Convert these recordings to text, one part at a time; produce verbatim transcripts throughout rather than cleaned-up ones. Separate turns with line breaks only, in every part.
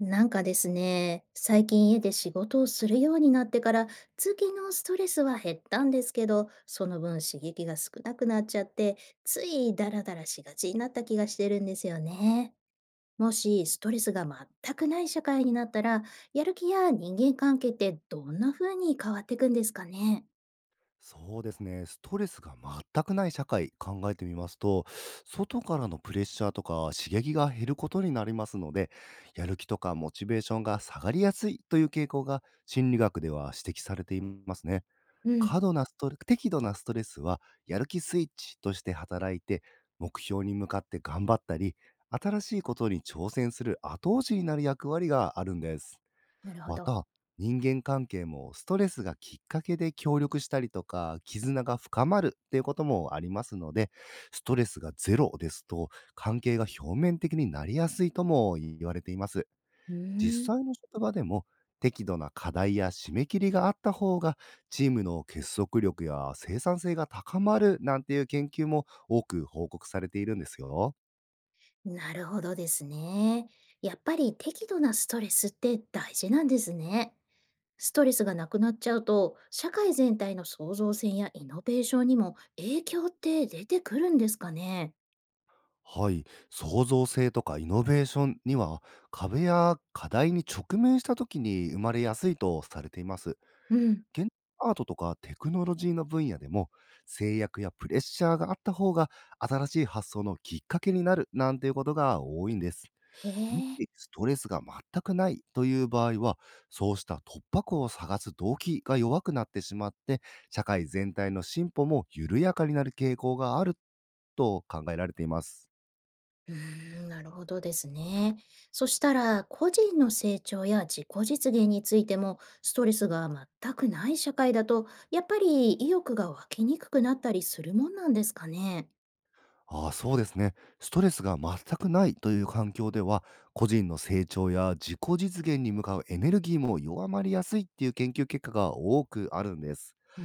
なんかですね、最近家で仕事をするようになってから、通勤のストレスは減ったんですけど、その分刺激が少なくなっちゃって、ついダラダラしがちになった気がしてるんですよね。もしストレスが全くない社会になったら、やる気や人間関係ってどんな風に変わっていくんですかね。
そうですね。ストレスが全くない社会、考えてみますと、外からのプレッシャーとか刺激が減ることになりますので、やる気とかモチベーションが下がりやすいという傾向が心理学では指摘されていますね。
うん、
過度なストレ適度なストレスは、やる気スイッチとして働いて、目標に向かって頑張ったり、新しいことに挑戦する後押しになる役割があるんです。
なるほ
ま
ど。
た、人間関係もストレスがきっかけで協力したりとか、絆が深まるっていうこともありますので、ストレスがゼロですと、関係が表面的になりやすいとも言われています。
うーん、
実際の職場でも、適度な課題や締め切りがあった方が、チームの結束力や生産性が高まるなんていう研究も多く報告されているんですよ。
なるほどですね。やっぱり適度なストレスって大事なんですね。ストレスがなくなっちゃうと、社会全体の創造性やイノベーションにも影響って出てくるんですかね。
はい、創造性とかイノベーションには、壁や課題に直面した時に生まれやすいとされています。
うん。
現代アートとかテクノロジーの分野でも、制約やプレッシャーがあった方が、新しい発想のきっかけになるなんていうことが多いんです。
へ
も
え。
しストレスが全くないという場合は、そうした突破口を探す動機が弱くなってしまって、社会全体の進歩も緩やかになる傾向があると考えられています。
うーん、なるほどですね。そしたら、個人の成長や自己実現についても、ストレスが全くない社会だと、やっぱり意欲が湧きにくくなったりするもんなんですかね。
ああ、そうですね。ストレスが全くないという環境では、個人の成長や自己実現に向かうエネルギーも弱まりやすいっていう研究結果が多くあるんです。
うー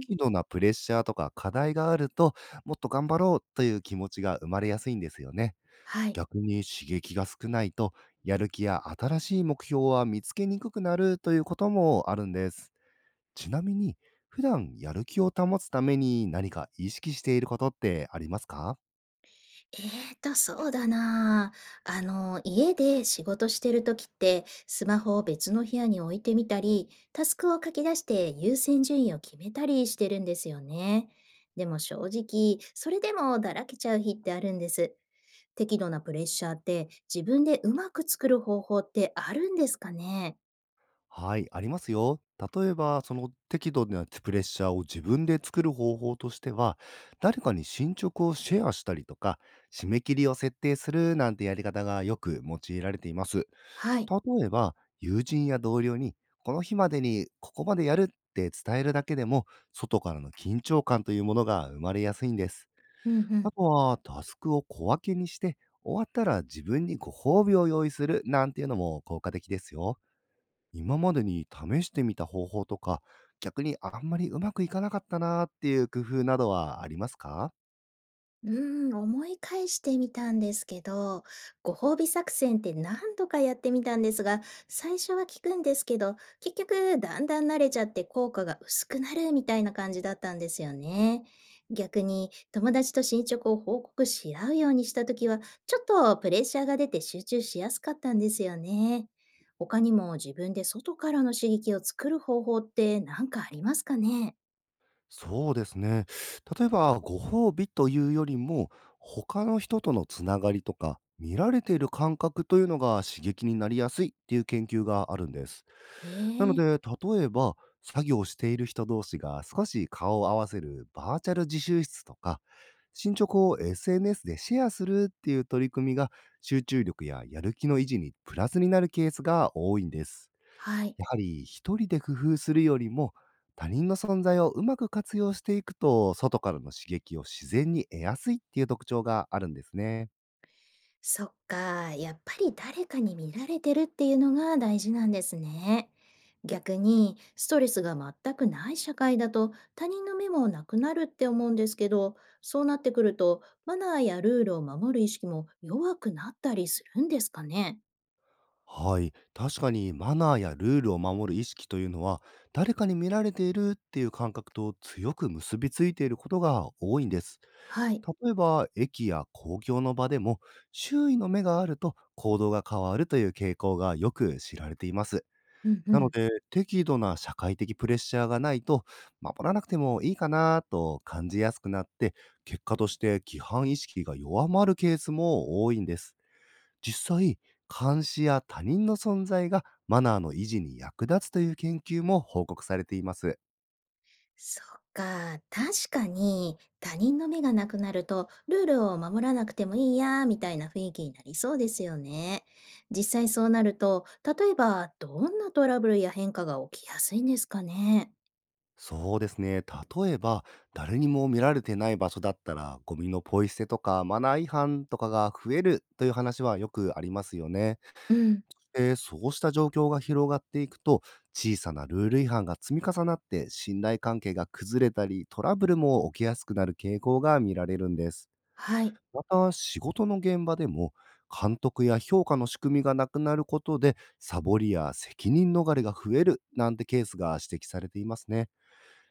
ん。
度なプレッシャーとか課題があると、もっと頑張ろうという気持ちが生まれやすいんですよね。
はい。
逆に刺激が少ないと、やる気や新しい目標は見つけにくくなるということもあるんです。ちなみに、普段やる気を保つために何か意識していることってありますか？
えーと、そうだなあ。あの、家で仕事してる時って、スマホを別の部屋に置いてみたり、タスクを書き出して優先順位を決めたりしてるんですよね。でも正直、それでもだらけちゃう日ってあるんです。適度なプレッシャーって、自分でうまく作る方法ってあるんですかね。
はい、ありますよ。例えば、その適度なプレッシャーを自分で作る方法としては、誰かに進捗をシェアしたりとか、締め切りを設定するなんてやり方がよく用いられています。
はい。
例えば、友人や同僚に、この日までにここまでやるって伝えるだけでも、外からの緊張感というものが生まれやすいんです。
うんう
あ
ん。
とは、タスクを小分けにして、終わったら自分にご褒美を用意するなんていうのも効果的ですよ。今までに試してみた方法とか、逆にあんまりうまくいかなかったなーっていう工夫などはありますか？
うーん、思い返してみたんですけど、ご褒美作戦って何度かやってみたんですが、最初は効くんですけど、結局だんだん慣れちゃって効果が薄くなるみたいな感じだったんですよね。逆に友達と進捗を報告し合うようにした時は、ちょっとプレッシャーが出て集中しやすかったんですよね。他にも自分で外からの刺激を作る方法って何かありますかね。
そうですね。例えば、ご褒美というよりも、他の人とのつながりとか、見られている感覚というのが刺激になりやすいっていう研究があるんです。
え
なの
え、
で、例えば、作業している人同士が少し顔を合わせるバーチャル自習室とか、進捗を エスエヌエス でシェアするっていう取り組みが、集中力ややる気の維持にプラスになるケースが多いんです。
はい。
やはり一人で工夫するよりも、他人の存在をうまく活用していくと、外からの刺激を自然に得やすいっていう特徴があるんですね。
そっか、やっぱり誰かに見られてるっていうのが大事なんですね。逆に、ストレスが全くない社会だと他人の目もなくなるって思うんですけど、そうなってくると、マナーやルールを守る意識も弱くなったりするんですかね。
はい。確かにマナーやルールを守る意識というのは、誰かに見られているっていう感覚と強く結びついていることが多いんです。
はい。
例えば、駅や公共の場でも、周囲の目があると行動が変わるという傾向がよく知られています。
うんう
なの
ん。
で、適度な社会的プレッシャーがないと、守らなくてもいいかなと感じやすくなって、結果として規範意識が弱まるケースも多いんです。実際、監視や他人の存在がマナーの維持に役立つという研究も報告されています。
そっか、確かに他人の目がなくなるとルールを守らなくてもいいやみたいな雰囲気になりそうですよね。実際そうなると、例えばどんなトラブルや変化が起きやすいんですかね。
そうですね。例えば、誰にも見られてない場所だったら、ゴミのポイ捨てとかマナー違反とかが増えるという話はよくありますよね。
うん、
えーそうした状況が広がっていくと、小さなルール違反が積み重なって、信頼関係が崩れたり、トラブルも起きやすくなる傾向が見られるんです。
はい。
また、仕事の現場でも、監督や評価の仕組みがなくなることで、サボりや責任逃れが増えるなんてケースが指摘されていますね。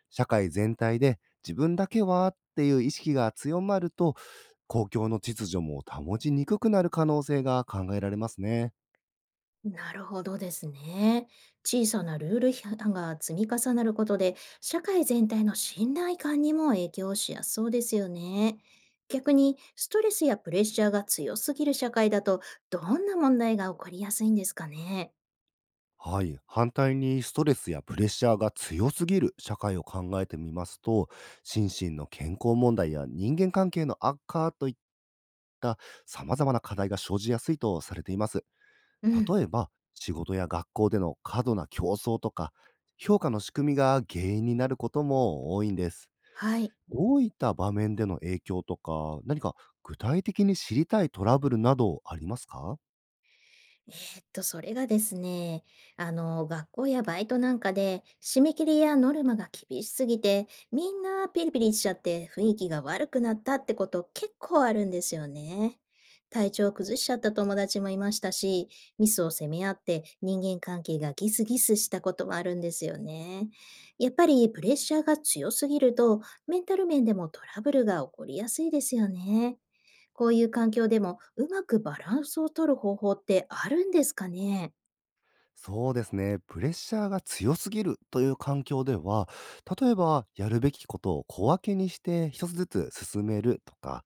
社会全体で自分だけはっていう意識が強まると、公共の秩序も保ちにくくなる可能性が考えられますね。
なるほどですね。小さなルール批判が積み重なることで、社会全体の信頼感にも影響しやすそうですよね。逆に、ストレスやプレッシャーが強すぎる社会だと、どんな問題が起こりやすいんですかね。
はい、反対にストレスやプレッシャーが強すぎる社会を考えてみますと、心身の健康問題や人間関係の悪化といった、さまざまな課題が生じやすいとされています。
うん。
例えば、仕事や学校での過度な競争とか、評価の仕組みが原因になることも多いんです。
はい。
どういった場面での影響とか、何か具体的に知りたいトラブルなどありますか？
えーっと、それがですね、あの、学校やバイトなんかで、締め切りやノルマが厳しすぎて、みんなピリピリしちゃって雰囲気が悪くなったってこと結構あるんですよね。体調を崩しちゃった友達もいましたし、ミスを責め合って人間関係がギスギスしたこともあるんですよね。やっぱりプレッシャーが強すぎると、メンタル面でもトラブルが起こりやすいですよね。こういう環境でもうまくバランスを取る方法ってあるんですかね。
そうですね。プレッシャーが強すぎるという環境では、例えば、やるべきことを小分けにして一つずつ進めるとか、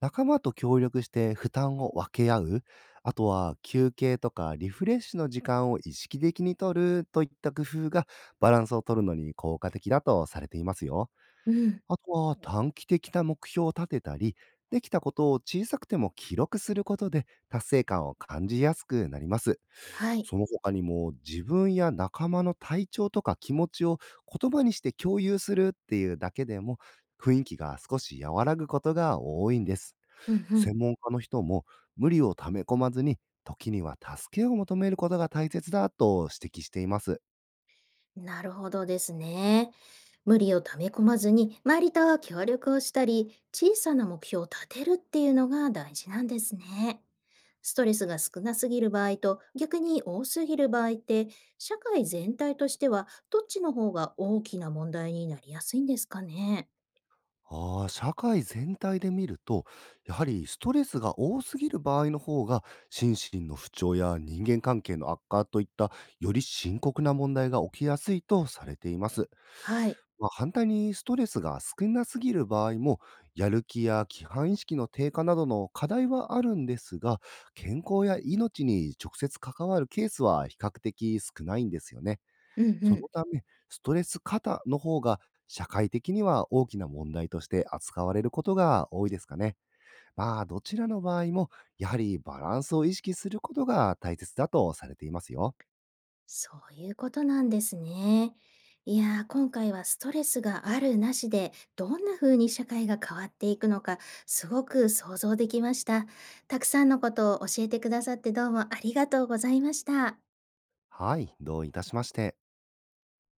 仲間と協力して負担を分け合う、あとは休憩とかリフレッシュの時間を意識的にとるといった工夫が、バランスを取るのに効果的だとされていますよ。
うん。
あとは、短期的な目標を立てたり、できたことを小さくても記録することで、達成感を感じやすくなります。
はい。
その他にも、自分や仲間の体調とか気持ちを言葉にして共有するっていうだけでも、雰囲気が少し和らぐことが多いんです。
うんうん。
専門家の人も、無理をため込まずに、時には助けを求めることが大切だと指摘しています。
なるほどですね。無理をため込まずに、周りと協力をしたり、小さな目標を立てるっていうのが大事なんですね。ストレスが少なすぎる場合と逆に多すぎる場合って、社会全体としてはどっちの方が大きな問題になりやすいんですかね。
ああ、社会全体で見ると、やはりストレスが多すぎる場合の方が、心身の不調や人間関係の悪化といった、より深刻な問題が起きやすいとされています。
はい。
まあ、反対にストレスが少なすぎる場合も、やる気や規範意識の低下などの課題はあるんですが、健康や命に直接関わるケースは比較的少ないんですよね。
うんう
そ
ん。
のため、ストレス過多の方が、社会的には大きな問題として扱われることが多いですかね。まあ、どちらの場合も、やはりバランスを意識することが大切だとされていますよ。
そういうことなんですね。いやー、今回はストレスがあるなしで、どんな風に社会が変わっていくのか、すごく想像できました。たくさんのことを教えてくださってどうもありがとうございました。
はい、どういたしまして。